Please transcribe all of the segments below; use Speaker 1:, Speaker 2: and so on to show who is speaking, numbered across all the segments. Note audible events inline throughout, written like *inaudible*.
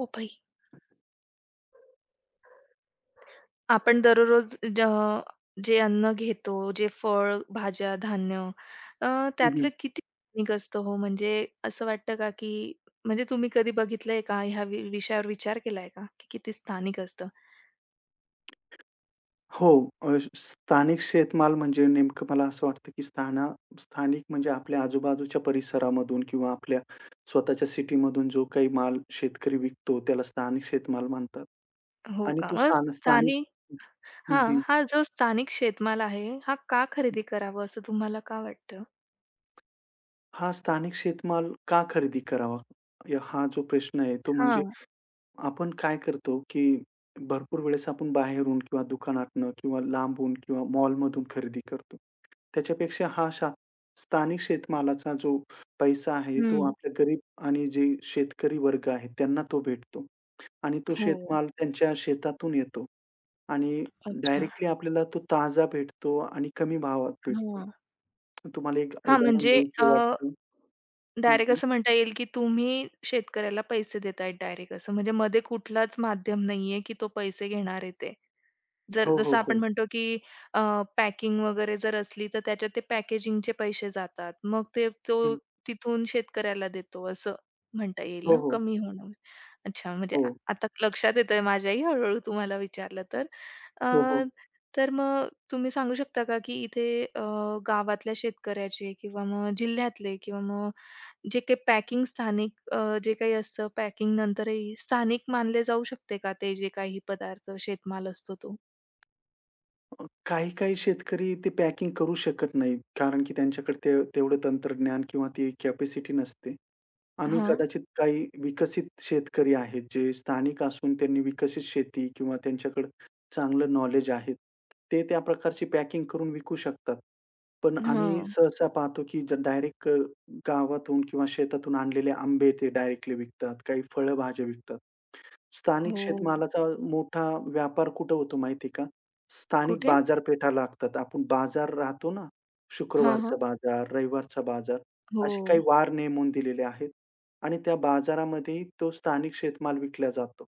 Speaker 1: पपई. आपण दररोज जे अन्न घेतो, जे फळ, भाज्या, धान्य, अ,
Speaker 2: हं,
Speaker 1: त्यातलं
Speaker 2: हं.
Speaker 1: किती स्थानिक असतं हो? म्हणजे असं वाटतं का, की म्हणजे तुम्ही कधी बघितलंय का? ह्या विषयावर विचार केलाय का, की किती स्थानिक असतं?
Speaker 2: हो. स्थानिक शेतमाल म्हणजे नेमकं मला असं वाटतं, की स्थानिक म्हणजे आपल्या आजूबाजूच्या परिसरामधून किंवा आपल्या स्वतःच्या सिटीमधून जो काही माल शेतकरी विकतो, त्याला स्थानिक शेतमाल म्हणतात.
Speaker 1: हो
Speaker 2: आणि
Speaker 1: का?
Speaker 2: तो
Speaker 1: मग
Speaker 2: स्थान स्थानिक.
Speaker 1: स्थानिक
Speaker 2: हं,
Speaker 1: हां,
Speaker 2: हं.
Speaker 1: हा जो स्थानिक शेतमाल आहे, हा का खरेदी करावा असं तुम्हाला का वाटतं?
Speaker 2: हा स्थानिक शेतमाल का खरेदी करावा? हा जो प्रश्न आहे, तो म्हणजे
Speaker 1: हां.
Speaker 2: आपण काय करतो, की भरपूर वेळेस आपण बाहेरून किंवा दुकानातनं किंवा लांबून किंवा मॉलमधून खरेदी करतो. त्याच्यापेक्षा हा शा स्थानिक शेतमालाचा जो पैसा आहे, तो
Speaker 1: हं.
Speaker 2: आपल्या गरीब आणि जे शेतकरी वर्ग आहे, त्यांना तो भेटतो आणि तो
Speaker 1: हो.
Speaker 2: शेतमाल त्यांच्या शेतातून येतो आणि
Speaker 1: अच्छा.
Speaker 2: डायरेक्टली आपल्याला तो ताजा भेटतो आणि कमी भावात भेटतो.
Speaker 1: हां.
Speaker 2: तुम्हाला एक
Speaker 1: हां,
Speaker 2: उदाहरण
Speaker 1: म्हणजे,
Speaker 2: देऊशी वाटतं. हं,
Speaker 1: डायरेक्ट
Speaker 2: हं.
Speaker 1: असं म्हणता येईल, की तुम्ही शेतकऱ्याला पैसे देताय डायरेक्ट असं. म्हणजे मध्ये कुठलाच माध्यम नाहीये, की तो पैसे घेणार आहे ते. जर
Speaker 2: हो,
Speaker 1: जसं
Speaker 2: हो,
Speaker 1: आपण
Speaker 2: हो.
Speaker 1: म्हणतो, की पॅकिंग वगैरे जर असली, तर त्याच्यात ते पॅकेजिंगचे पैसे जातात. मग ते तो
Speaker 2: हं.
Speaker 1: तिथून शेतकऱ्याला देतो, असं म्हणता येईल
Speaker 2: हो,
Speaker 1: ना,
Speaker 2: हो.
Speaker 1: कमी होणं. अच्छा, म्हणजे
Speaker 2: हो.
Speaker 1: आता लक्षात येतंय माझ्याही हळू-हळू तुम्हाला विचारलं तर. अ,
Speaker 2: हो, हो.
Speaker 1: तर मग तुम्ही सांगू शकता का, की इथे, गावातल्या शेतकऱ्याचे किंवा मग जिल्ह्यातले किंवा मग जे काही पॅकिंग स्थानिक, जे काही असतं, पॅकिंग नंतरही स्थानिक मानले जाऊ शकते का ते जे काही पदार्थ, शेतमाल असतो तो?
Speaker 2: काही-काही शेतकरी ते पॅकिंग करू शकत नाहीत. कारण की त्यांच्याकडे ते तेवढं तंत्रज्ञान किंवा ती कॅपॅसिटी नसते. आम्ही
Speaker 1: हां,
Speaker 2: कदाचित काही विकसित शेतकरी आहेत, जे स्थानिक असून त्यांनी विकसित शेती किंवा त्यांच्याकडे चांगलं नॉलेज आहे. ते त्या प्रकारची पॅकिंग करून विकू शकतात. पण आम्ही
Speaker 1: हां.
Speaker 2: सहसा पाहतो की डायरेक्ट गावातून किंवा शेतातून आणलेले आंबे ते डायरेक्टली विकतात. काही फळभाज्या विकतात. स्थानिक
Speaker 1: हो.
Speaker 2: शेतमालाचा मोठा व्यापार कुठं होतो माहिती आहे का? स्थानिक
Speaker 1: कुठे?
Speaker 2: बाजारपेठा लागतात. आपण बाजार राहतो ना,
Speaker 1: हां, हां.
Speaker 2: शुक्रवारचा बाजार, रविवारचा बाजार,
Speaker 1: हो,
Speaker 2: असे काही वार नेमून दिलेले आहेत आणि त्या बाजारामध्ये तो स्थानिक शेतमाल विकला जातो.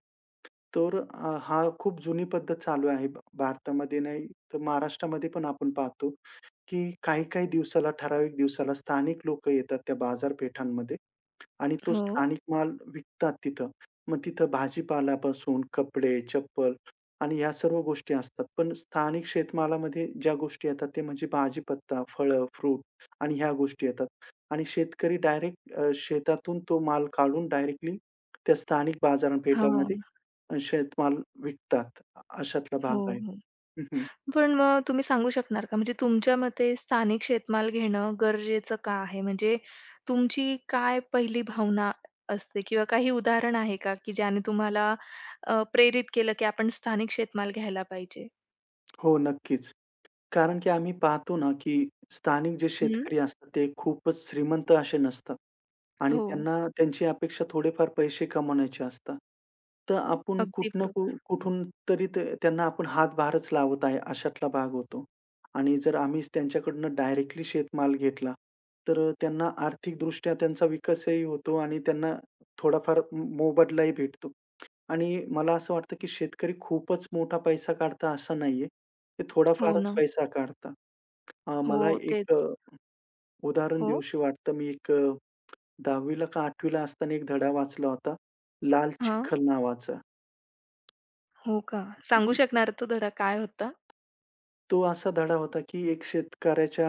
Speaker 2: तर हा खूप जुनी पद्धत चालू आहे भारतामध्ये नाही तर महाराष्ट्रामध्ये पण आपण पाहतो, की काही-काही दिवसाला ठराविक दिवसाला स्थानिक लोकं येतात त्या बाजारपेठांमध्ये आणि तो
Speaker 1: हो.
Speaker 2: स्थानिक माल विकतात तिथं. मग तिथं भाजीपाल्यापासून कपडे, चप्पल आणि ह्या सर्व गोष्टी असतात. पण स्थानिक शेतमालामध्ये ज्या गोष्टी येतात ते म्हणजे भाजीपत्ता, फळं, फ्रूट आणि ह्या गोष्टी येतात. आणि शेतकरी डायरेक्ट शेतातून तो माल काढून डायरेक्टली त्या स्थानिक बाजारपेठामध्ये
Speaker 1: हां.
Speaker 2: शेतमाल विकतात. अशातला
Speaker 1: हो,
Speaker 2: भाग आहे
Speaker 1: हो.
Speaker 2: तो. हं, हं.
Speaker 1: पण मग तुम्ही सांगू शकणार का, म्हणजे तुमच्या मते स्थानिक शेतमाल घेणं गरजेचं का आहे? म्हणजे तुमची काय पहिली भावना असते किंवा काही उदाहरण आहे का, की ज्याने तुम्हाला, प्रेरित केलं, की आपण स्थानिक शेतमाल घ्यायला पाहिजे?
Speaker 2: हो, नक्कीच. कारण की आम्ही पाहतो ना, की स्थानिक जे
Speaker 1: हं.
Speaker 2: शेतकरी असतात ते खूपच श्रीमंत असे नसतात आणि
Speaker 1: हो.
Speaker 2: त्यांना त्यांची अपेक्षा थोडेफार पैसे कमवण्याचे असतात. तर आपण
Speaker 1: अगदी
Speaker 2: कुठं ना
Speaker 1: बरोबर.
Speaker 2: कुठून तरी ते त्यांना आपण हातभारच लावत आहे अशातला भाग होतो. आणि जर आम्ही त्यांच्याकडनं डायरेक्टली शेतमाल घेतला, तर त्यांना आर्थिकदृष्ट्या त्यांचा विकासही होतो आणि त्यांना थोडाफार मोबदलाही भेटतो. आणि मला असं वाटतं, की शेतकरी खूपच मोठा पैसा काढता असं नाहीये. ते
Speaker 1: हो
Speaker 2: थोडाफारच
Speaker 1: ना.
Speaker 2: पैसा काढतात.
Speaker 1: हो,
Speaker 2: मला एक
Speaker 1: तेच.
Speaker 2: उदाहरण
Speaker 1: हो.
Speaker 2: देऊशी वाटतं. मी एक 10वी का 8वी ला असताना एक धडा वाचला होता. लाल
Speaker 1: हां.
Speaker 2: चिखल नावाचा.
Speaker 1: हो का? सांगू शकणार तो धडा काय होता?
Speaker 2: तो असा धडा होता, की एक शेतकऱ्याच्या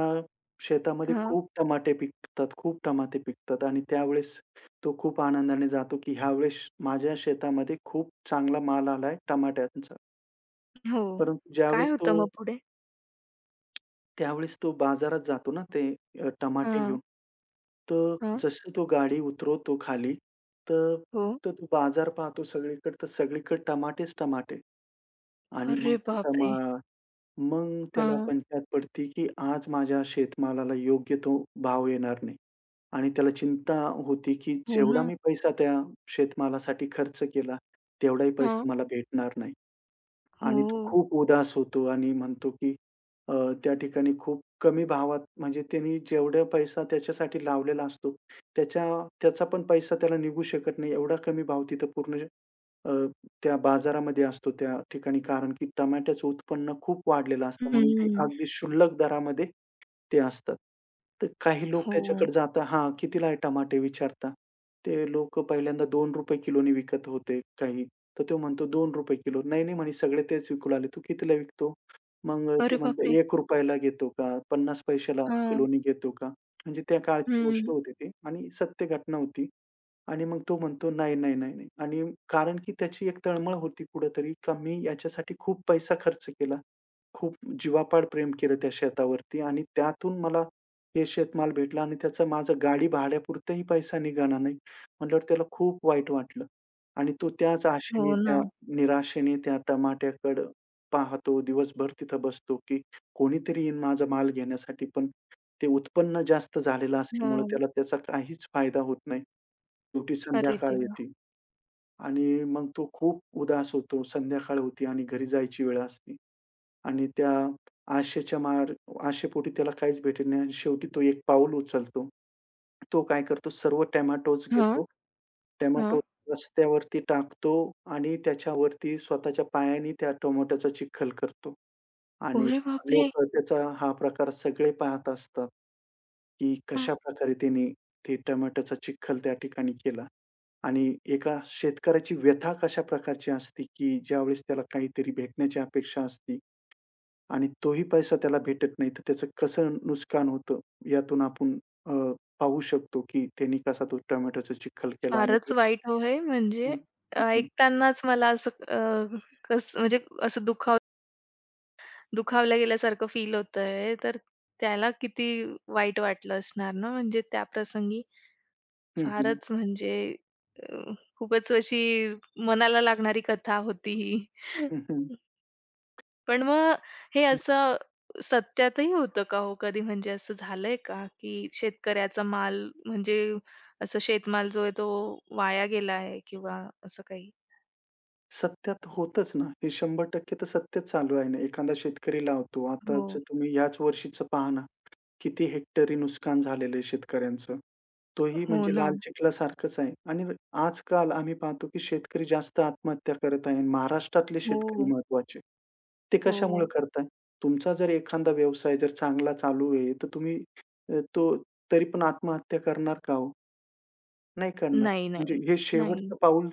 Speaker 2: शेतामध्ये
Speaker 1: हां.
Speaker 2: खूप टमाटे पिकतात, खूप टमाटे पिकतात आणि त्यावेळेस तो खूप आनंदाने जातो, की ह्यावेळेस माझ्या शेतामध्ये खूप चांगला माल आलाय टमाट्यांचा.
Speaker 1: हो.
Speaker 2: परंतु
Speaker 1: काय
Speaker 2: ज्यावेळेस तो
Speaker 1: होतं मग पुढे?
Speaker 2: त्यावेळेस तो बाजारात जातो ना ते टमाटे
Speaker 1: हां,
Speaker 2: घेऊन. तर
Speaker 1: हां.
Speaker 2: जसं तो गाडी उतरवतो खाली, तर
Speaker 1: हो.
Speaker 2: तर तो बाजार पाहतो सगळीकडे, तर सगळीकडे टमाटेच टमाटे. आणि
Speaker 1: अरे
Speaker 2: मग ते टमा
Speaker 1: बापरे!
Speaker 2: मग त्याला
Speaker 1: हां.
Speaker 2: पंचायत पडते, की आज माझ्या शेतमालाला योग्य तो भाव येणार नाही. आणि त्याला चिंता होती, की
Speaker 1: हो
Speaker 2: जेवढा
Speaker 1: ना.
Speaker 2: मी पैसा त्या शेतमालासाठी खर्च केला, तेवढाही
Speaker 1: हां.
Speaker 2: पैसा मला भेटणार नाही. आणि
Speaker 1: हो.
Speaker 2: तो खूप उदास होतो आणि म्हणतो की अ, त्या ठिकाणी खूप कमी भावात, म्हणजे त्यांनी जेवढा पैसा त्याच्यासाठी लावलेला असतो, त्याच्या त्याचा पण पैसा त्याला निघू शकत नाही. एवढा कमी भाव तिथं पूर्ण अ, त्या बाजारामध्ये असतो त्या ठिकाणी. कारण की टमाट्याचं उत्पन्न खूप वाढलेलं असतं म्हणून ते
Speaker 1: हं.
Speaker 2: अगदी क्षुल्लक दरामध्ये ते असतात. तर काही लोक
Speaker 1: हो.
Speaker 2: त्याच्याकडे जाता हां, कितीला आहे टमाटे विचारता. ते लोकं पहिल्यांदा ₹2 किलोनी विकत होते काही. तर तो म्हणतो ₹2 किलो. नाही, नाही म्हणे सगळे तेच विकू लागले. तू कितीला विकतो? मग
Speaker 1: अरे
Speaker 2: ते म्हणतात
Speaker 1: बापरे!
Speaker 2: ₹1 ला घेतो का? 50 पैशाला
Speaker 1: हां.
Speaker 2: किलोनी घेतो का? म्हणजे त्या काळची गोष्ट
Speaker 1: हं.
Speaker 2: होती ती आणि सत्य घटना होती. आणि मग तो म्हणतो नाही, नाही, नाही, नाही. आणि कारण की त्याची एक तळमळ होती कुठेतरी का मी याच्यासाठी खूप पैसा खर्च केला. खूप जीवापाड प्रेम केलं त्या शेतावरती आणि त्यातून मला हे शेतमाल भेटला आणि त्याचा माझा गाडी भाड्यापुरताही पैसा निघाला नाही. म्हटल्यावर त्याला खूप वाईट वाटलं आणि तो त्याच
Speaker 1: हो
Speaker 2: आशेने, त्या
Speaker 1: ना.
Speaker 2: निराशेने त्या टमाट्याकडं पाहतो. दिवसभर तिथं बसतो, की कोणीतरी येईन माझा माल घेण्यासाठी. पण ते उत्पन्न जास्त झालेलं असल्यामुळं
Speaker 1: हां.
Speaker 2: त्याला त्याचा काहीच फायदा होत नाही. शेवटी
Speaker 1: अरे
Speaker 2: संध्याकाळ
Speaker 1: देवा!
Speaker 2: येते आणि मग तो खूप उदास होतो. संध्याकाळ होती आणि घरी जायची वेळ असते. आणि त्या आशेच्या मार आशेपोटी त्याला काहीच भेटत नाही आणि शेवटी तो एक पाऊल उचलतो. तो काय करतो सर्व टोमॅटोज
Speaker 1: हां,
Speaker 2: घेतो. टोमॅटो
Speaker 1: हां.
Speaker 2: रस्त्यावरती टाकतो आणि त्याच्यावरती स्वतःच्या पायाने त्या टोमॅटोचा चिखल करतो आणि
Speaker 1: अरे बापरे!
Speaker 2: लोकं त्याचा हा प्रकार सगळे पाहत असतात, की
Speaker 1: हां.
Speaker 2: कशाप्रकारे त्याने ते टोमॅटोचा चिखल त्या ठिकाणी केला आणि एका शेतकऱ्याची व्यथा कशा प्रकारची असते, की ज्यावेळेस त्याला काहीतरी भेटण्याची अपेक्षा असते. आणि तोही पैसा त्याला भेटत नाही, तर त्याचं कसं नुकसान होतं, यातून आपण अ, पाहू शकतो, की त्यांनी कसा तो टोमॅटोचा चिखल केला. आणि
Speaker 1: फारच वाईट हो हे, म्हणजे,
Speaker 2: हं, हं, हं,
Speaker 1: ऐकतानाच मला असं, कसं म्हणजे, असं दुखावल्या गेल्यासारखं फील होतंय. तर त्याला किती वाईट वाटलं असणार ना, म्हणजे त्या प्रसंगी?
Speaker 2: हं,
Speaker 1: फारच म्हणजे, अ, खूपच अशी मनाला लागणारी कथा होती ही.
Speaker 2: हं, हं.
Speaker 1: पण मग हे असं सत्यातही होतं का हो कधी? म्हणजे असं झालंय का, की शेतकऱ्याचा माल म्हणजे, असं शेतमाल जो आहे तो वाया गेला आहे किंवा असं काही?
Speaker 2: सत्यात होतंच ना. हे 100% तर सत्यच चालू आहे ना. एखादा शेतकरी लावतो.
Speaker 1: हो.
Speaker 2: आताच तुम्ही ह्याच वर्षीचं पहा ना, किती हेक्टरी नुकसान झालेलं आहे शेतकऱ्यांचं. तोही
Speaker 1: हो
Speaker 2: म्हणजे
Speaker 1: ना.
Speaker 2: लाल चिखलासारखंच आहे आणि आजकाल आम्ही पाहतो, की शेतकरी जास्त आत्महत्या करत आहे. महाराष्ट्रातले शेतकरी
Speaker 1: हो,
Speaker 2: महत्त्वाचे. ते कशामुळे
Speaker 1: हो.
Speaker 2: करताय? तुमचा जर एखादा व्यवसाय जर चांगला चालू आहे, तर तुम्ही अ, तो तरी पण आत्महत्या करणार का हो? नाही करणार.
Speaker 1: नाही,
Speaker 2: म्हणजे
Speaker 1: नाही.
Speaker 2: हे
Speaker 1: नाही.
Speaker 2: शेवटचं पाऊल.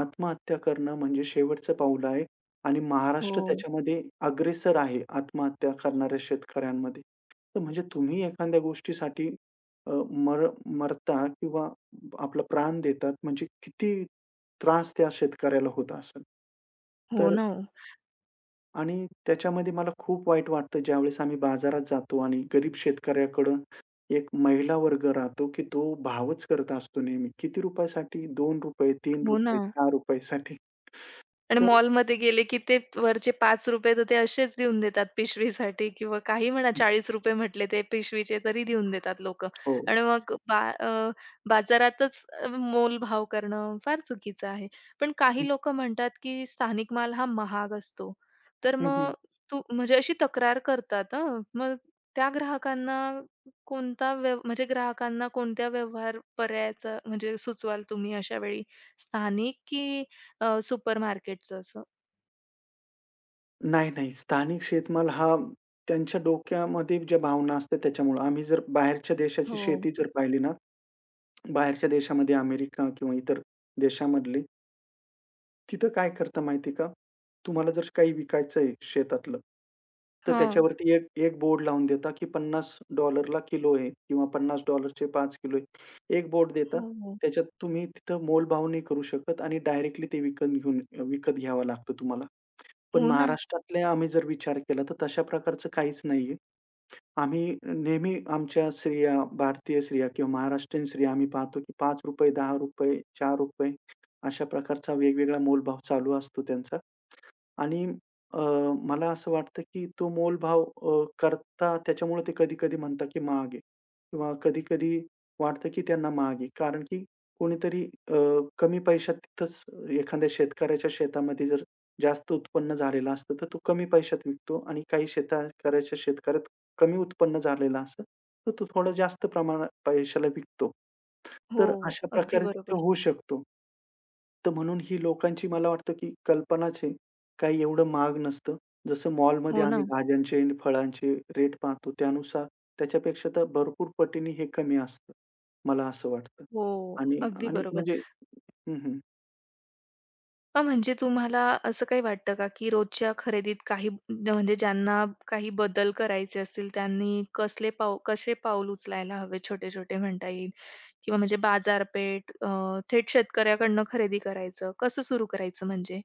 Speaker 2: आत्महत्या करणं म्हणजे शेवटचं पाऊल आहे आणि महाराष्ट्र
Speaker 1: हो.
Speaker 2: त्याच्यामध्ये अग्रेसर आहे आत्महत्या करणाऱ्या शेतकऱ्यांमध्ये. तर म्हणजे तुम्ही एखाद्या गोष्टीसाठी अ, मर मरता किंवा आपला प्राण देतात म्हणजे किती त्रास त्या शेतकऱ्याला होत असेल.
Speaker 1: हो
Speaker 2: तर
Speaker 1: ना ओ.
Speaker 2: आणि त्याच्यामध्ये मला खूप वाईट वाटतं ज्यावेळेस आम्ही बाजारात जातो आणि गरीब शेतकऱ्याकडं एक महिला वर्ग राहतो, की तो भावच करत असतो नेहमी. किती रुपयासाठी ₹2,
Speaker 1: हो ना.
Speaker 2: ₹3, ₹4 साठी.
Speaker 1: आणि
Speaker 2: तर
Speaker 1: मॉलमध्ये गेले, की ते वरचे ₹5 तर ते असेच देऊन देतात पिशवीसाठी किंवा काही म्हणा ₹40 म्हटले ते पिशवीचे तरी देऊन देतात लोकं.
Speaker 2: हो.
Speaker 1: आणि मग बाजारातच, मोलभाव करणं फार चुकीचं आहे. पण काही लोकं म्हणतात, की स्थानिक माल हा महाग असतो. तर
Speaker 2: हं,
Speaker 1: मग
Speaker 2: हं.
Speaker 1: तू, म्हणजे अशी तक्रार करतात हं. मग त्या ग्राहकांना, कोणता व्यव म्हणजे ग्राहकांना कोणत्या व्यवहार पर्यायाचा, म्हणजे सुचवाल तुम्ही अशा वेळी? स्थानिक की, सुपरमार्केटचं असं.
Speaker 2: नाही, नाही. स्थानिक शेतमाल हा त्यांच्या डोक्यामध्ये ज्या भावना असतात त्याच्यामुळं. आम्ही जर बाहेरच्या देशाची
Speaker 1: हो.
Speaker 2: शेती जर पाहिली ना, बाहेरच्या देशामध्ये अमेरिका किंवा इतर देशामधली, तिथं काय करता माहिती का? तुम्हाला जर काही विकायचं आहे शेतातलं, तर
Speaker 1: हां.
Speaker 2: त्याच्यावरती एक एक बोर्ड लावून देता, की $50 किलो आहे किंवा $50 चे 5 किलो आहे. एक बोर्ड देता,
Speaker 1: हो, हो.
Speaker 2: त्याच्यात तुम्ही तिथं मोलभाव नाही करू शकत आणि डायरेक्टली ते विकत घेऊन विकत घ्यावं लागतं तुम्हाला. पण
Speaker 1: हो ना.
Speaker 2: महाराष्ट्रातले आम्ही जर विचार केला, तर तशा प्रकारचं काहीच नाहीये. आम्ही नेहमी आमच्या स्त्रिया, भारतीय स्त्रिया किंवा महाराष्ट्रीयन स्त्रिया आम्ही पाहतो, की ₹5, ₹10, ₹4 अशा प्रकारचा वेगवेगळा मोलभाव चालू असतो त्यांचा. आणि अ, मला असं वाटतं की तो मोलभाव करता त्याच्यामुळे ते कधी-कधी म्हणतात की महाग आहे किंवा कधी-कधी वाटतं की त्यांना महाग आहे. कारण की कोणीतरी कमी पैशात तिथंच एखाद्या शेतकऱ्याच्या शेतामध्ये जर जास्त उत्पन्न झालेलं असतं, तर तो कमी पैशात विकतो आणि काही शेतकऱ्याच्या शेतकऱ्यात कमी उत्पन्न झालेलं असतं, तर तो थोडं जास्त प्रमाणात पैशाला विकतो.
Speaker 1: हो,
Speaker 2: तर अशा
Speaker 1: अगदी
Speaker 2: प्रकारे तिथं
Speaker 1: बरोबर.
Speaker 2: होऊ शकतो. तर म्हणून ही लोकांची मला वाटतं, की कल्पनाच आहे. काही एवढं महाग नसतं. जसं मॉलमध्ये
Speaker 1: हो
Speaker 2: आम्ही
Speaker 1: ना.
Speaker 2: भाज्यांचे आणि फळांचे रेट पाहतो त्यानुसार त्याच्यापेक्षा तर भरपूर पटीने हे कमी असतं. मला असं वाटतं.
Speaker 1: हो,
Speaker 2: आणि
Speaker 1: अगदी
Speaker 2: आणि
Speaker 1: बरोबर.
Speaker 2: म्हणजे. हं, हं.
Speaker 1: मग म्हणजे तुम्हाला असं काही वाटतं का, की रोजच्या खरेदीत काही म्हणजे ज्यांना काही बदल करायचे असतील, त्यांनी कसले कसे पाऊल उचलायला हवे छोटे-छोटे म्हणता येईल? किंवा म्हणजे बाजारपेठ, थेट शेतकऱ्याकडनं खरेदी करायचं, कसं सुरू करायचं म्हणजे?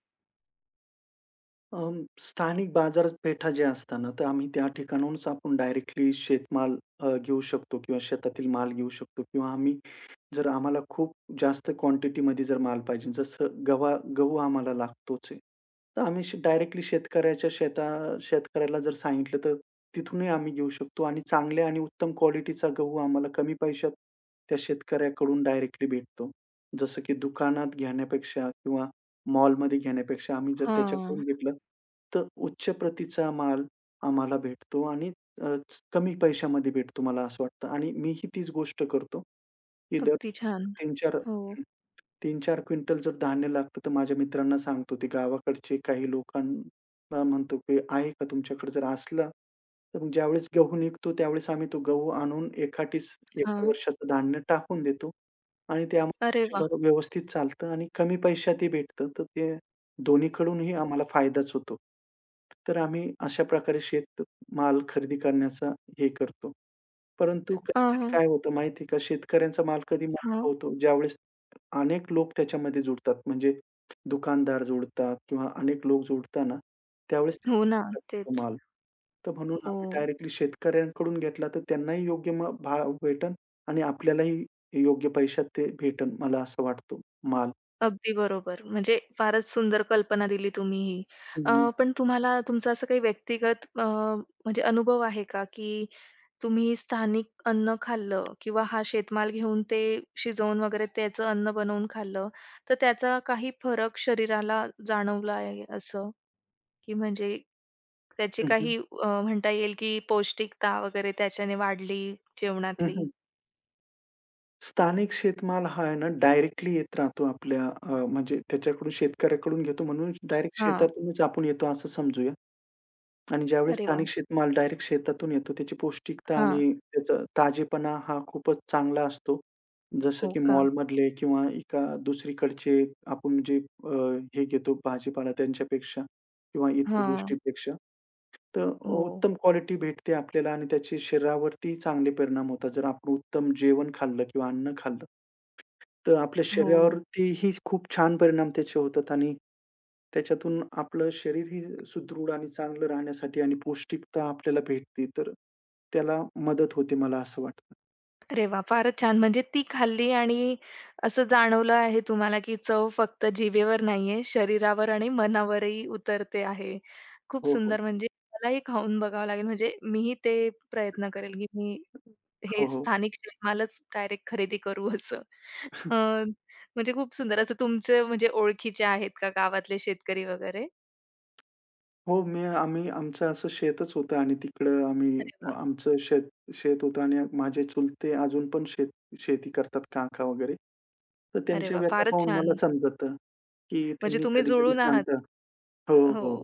Speaker 2: अं, स्थानिक बाजारपेठा ज्या असतात ना, तर आम्ही त्या ठिकाणाहूनच आपण डायरेक्टली शेतमाल घेऊ शकतो किंवा शेतातील माल घेऊ शकतो किंवा आम्ही जर आम्हाला खूप जास्त क्वांटिटीमध्ये जर माल पाहिजे, जसं गहू आम्हाला लागतोच आहे. तर आम्ही डायरेक्टली शेतकऱ्याच्या शेता शेतकऱ्याला जर सांगितलं तर तिथूनही आम्ही घेऊ शकतो आणि चांगल्या आणि उत्तम क्वालिटीचा गहू आम्हाला कमी पैशात त्या शेतकऱ्याकडून डायरेक्टली भेटतो. जसं की दुकानात घेण्यापेक्षा किंवा मॉलमध्ये घेण्यापेक्षा आम्ही जर
Speaker 1: हां,
Speaker 2: त्याच्याकडून घेतलं, तर उच्च प्रतीचा माल आम्हाला भेटतो आणि अ, कमी पैशामध्ये भेटतो मला असं वाटतं आणि मीही तीच गोष्ट करतो, की दर
Speaker 1: अगदी छान.
Speaker 2: 3-4
Speaker 1: हो.
Speaker 2: हं. तीन-चार क्विंटल जर धान्य लागतं, तर माझ्या मित्रांना सांगतो. ते गावाकडचे काही लोकांना म्हणतो, की "आहे का तुमच्याकडे?" जर असला, तर मग ज्यावेळेस गहू निघतो, त्यावेळेस आम्ही तो गहू आणून एकाठीच एका
Speaker 1: हां.
Speaker 2: वर्षाचं धान्य टाकून देतो आणि ते आम्हाला
Speaker 1: अरे वाह!
Speaker 2: वर्षभर व्यवस्थित चालतं आणि कमी पैशातही भेटतं. तर ते दोन्हीकडूनही आम्हाला फायदाच होतो. तर आम्ही अशा प्रकारे शेतमाल खरेदी करण्याचा हे करतो. परंतु कधी-कधी
Speaker 1: हां.
Speaker 2: काय होतं माहिती आहे का, शेतकऱ्यांचा माल कधी महाग होतो, ज्यावेळेस अनेक लोक त्याच्यामध्ये जुडतात. म्हणजे दुकानदार जुडतात किंवा अनेक लोक जुडताना त्यावेळेस ते
Speaker 1: हो ना,
Speaker 2: महाग करतात तो
Speaker 1: तेच.
Speaker 2: माल. तर म्हणून
Speaker 1: हो.
Speaker 2: आम्ही डायरेक्टली शेतकऱ्यांकडून घेतला तर त्यांनाही योग्य भाव भेटेल आणि आपल्यालाही योग्य पैशात ते भेटेल मला असं वाटतो माल.
Speaker 1: अगदी बरोबर. म्हणजे फारच सुंदर कल्पना दिली तुम्ही ही.
Speaker 2: हं,
Speaker 1: अ,
Speaker 2: हं.
Speaker 1: पण तुम्हाला तुमचा असं काही व्यक्तिगत, म्हणजे अनुभव आहे का, की तुम्ही स्थानिक अन्न खाल्लं किंवा हा शेतमाल घेऊन ते शिजवून वगैरे त्याचं अन्न बनवून खाल्लं, तर त्याचा काही फरक शरीराला जाणवला आहे असं? की म्हणजे त्याची
Speaker 2: हं, हं.
Speaker 1: काही, म्हणता येईल, की पौष्टिकता वगैरे त्याच्याने वाढली
Speaker 2: हं,
Speaker 1: जेवणातली?
Speaker 2: हं. स्थानिक शेतमाल हा आहे ना, डायरेक्टली येत राहतो आपल्या म्हणजे त्याच्याकडून शेतकऱ्याकडून घेतो म्हणून डायरेक्ट
Speaker 1: हां.
Speaker 2: शेतातूनच आपण येतो असं समजूया आणि ज्यावेळेस
Speaker 1: अरे वाह!
Speaker 2: स्थानिक शेतमाल डायरेक्ट शेतातून येतो, त्याची पौष्टिकता
Speaker 1: हां.
Speaker 2: आणि त्याचा ताजेपणा हा खूपच चांगला असतो. जसं
Speaker 1: हो
Speaker 2: की
Speaker 1: का?
Speaker 2: मॉलमधले किंवा एका दुसरीकडचे आपण जे अ, हे घेतो भाजीपाला त्यांच्यापेक्षा किंवा इतर
Speaker 1: हां.
Speaker 2: गोष्टींपेक्षा, तर
Speaker 1: हो.
Speaker 2: उत्तम क्वालिटी भेटते आपल्याला आणि त्याचे शरीरावरती चांगले परिणाम होतात. जर आपण उत्तम जेवण खाल्लं किंवा अन्न खाल्लं. तर आपल्या
Speaker 1: हो.
Speaker 2: शरीरावरतीही खूप छान परिणाम त्याचे होतात आणि त्याच्यातून आपलं शरीरही सुदृढ आणि चांगलं राहण्यासाठी आणि पौष्टिकता आपल्याला भेटते, तर त्याला मदत होते मला असं वाटतं.
Speaker 1: अरे वाह! फारच छान. म्हणजे ती खाल्ली आणि असं जाणवलं आहे तुम्हाला, की चव फक्त जिभेवर नाहीये, शरीरावर आणि मनावरही उतरते आहे. खूप
Speaker 2: हो, हो.
Speaker 1: सुंदर. म्हणजे मलाही खाऊन बघावं लागेल. म्हणजे मीही ते प्रयत्न करेल, की मी
Speaker 2: हो,
Speaker 1: हे
Speaker 2: हो.
Speaker 1: स्थानिक मालच डायरेक्ट खरेदी करू असं. अ, म्हणजे खूप सुंदर. असं तुमचे म्हणजे ओळखीचे आहेत का गावातले शेतकरी वगैरे?
Speaker 2: हो, आम्ही आमचं असं शेतच होतं आणि तिकडं आम्ही
Speaker 1: अरे वाह!
Speaker 2: आमचं शेत शेत होतं आणि माझे चुलते अजून पण शेती करतात काका वगैरे. तर
Speaker 1: अरे
Speaker 2: त्यांच्या
Speaker 1: वाह!
Speaker 2: व्यथा
Speaker 1: फारच
Speaker 2: पाहून
Speaker 1: छान.
Speaker 2: मला समजतं, की
Speaker 1: म्हणजे
Speaker 2: त्यांनी
Speaker 1: तुम्ही
Speaker 2: कधी-कधी
Speaker 1: जुळून आहात.
Speaker 2: सांगतात. हो,
Speaker 1: हो,
Speaker 2: हो.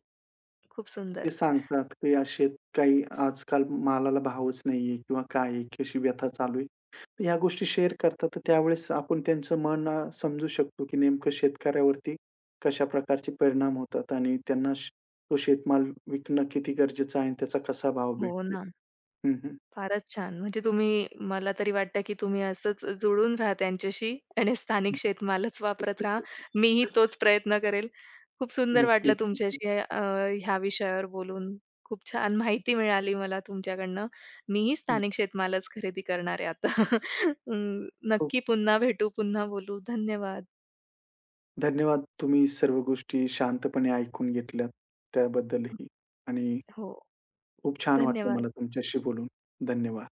Speaker 1: खूप
Speaker 2: ते
Speaker 1: सुंदर.
Speaker 2: सांगतात, की असे काही आजकाल मालाला भावच नाहीये किंवा काय आहे, कशी व्यथा चालू आहे. तर ह्या गोष्टी शेअर करतात, तर त्यावेळेस आपण त्यांचं मन समजू शकतो, की नेमकं शेतकऱ्यावरती कशा प्रकारचे परिणाम होतात आणि त्यांना श तो शेतमाल विकणं किती गरजेचं आहे आणि त्याचा कसा भाव
Speaker 1: हो
Speaker 2: भेटतो.
Speaker 1: ना.
Speaker 2: हं, हं.
Speaker 1: फारच छान. म्हणजे तुम्ही मला तरी वाटतं, की तुम्ही असंच जुळून राहा त्यांच्याशी आणि स्थानिक शेतमालच वापरत राहा.
Speaker 2: *laughs*
Speaker 1: मीही तोच प्रयत्न करेल. खूप सुंदर वाटलं
Speaker 2: नक्कीच, नक्कीच.
Speaker 1: तुमच्याशी, ह्या विषयावर बोलून. खूप छान माहिती मिळाली मला तुमच्याकडनं. मीही
Speaker 2: हं,
Speaker 1: स्थानिक शेतमालच खरेदी करणार आहे आता. *laughs* अं,
Speaker 2: हो.
Speaker 1: नक्की पुन्हा भेटू, पुन्हा बोलू. धन्यवाद.
Speaker 2: धन्यवाद. तुम्ही सर्व गोष्टी शांतपणे ऐकून घेतल्यात त्याबद्दलही आणि
Speaker 1: हो,
Speaker 2: खूप छान वाटलं
Speaker 1: धन्यवाद.
Speaker 2: मला तुमच्याशी बोलून. धन्यवाद.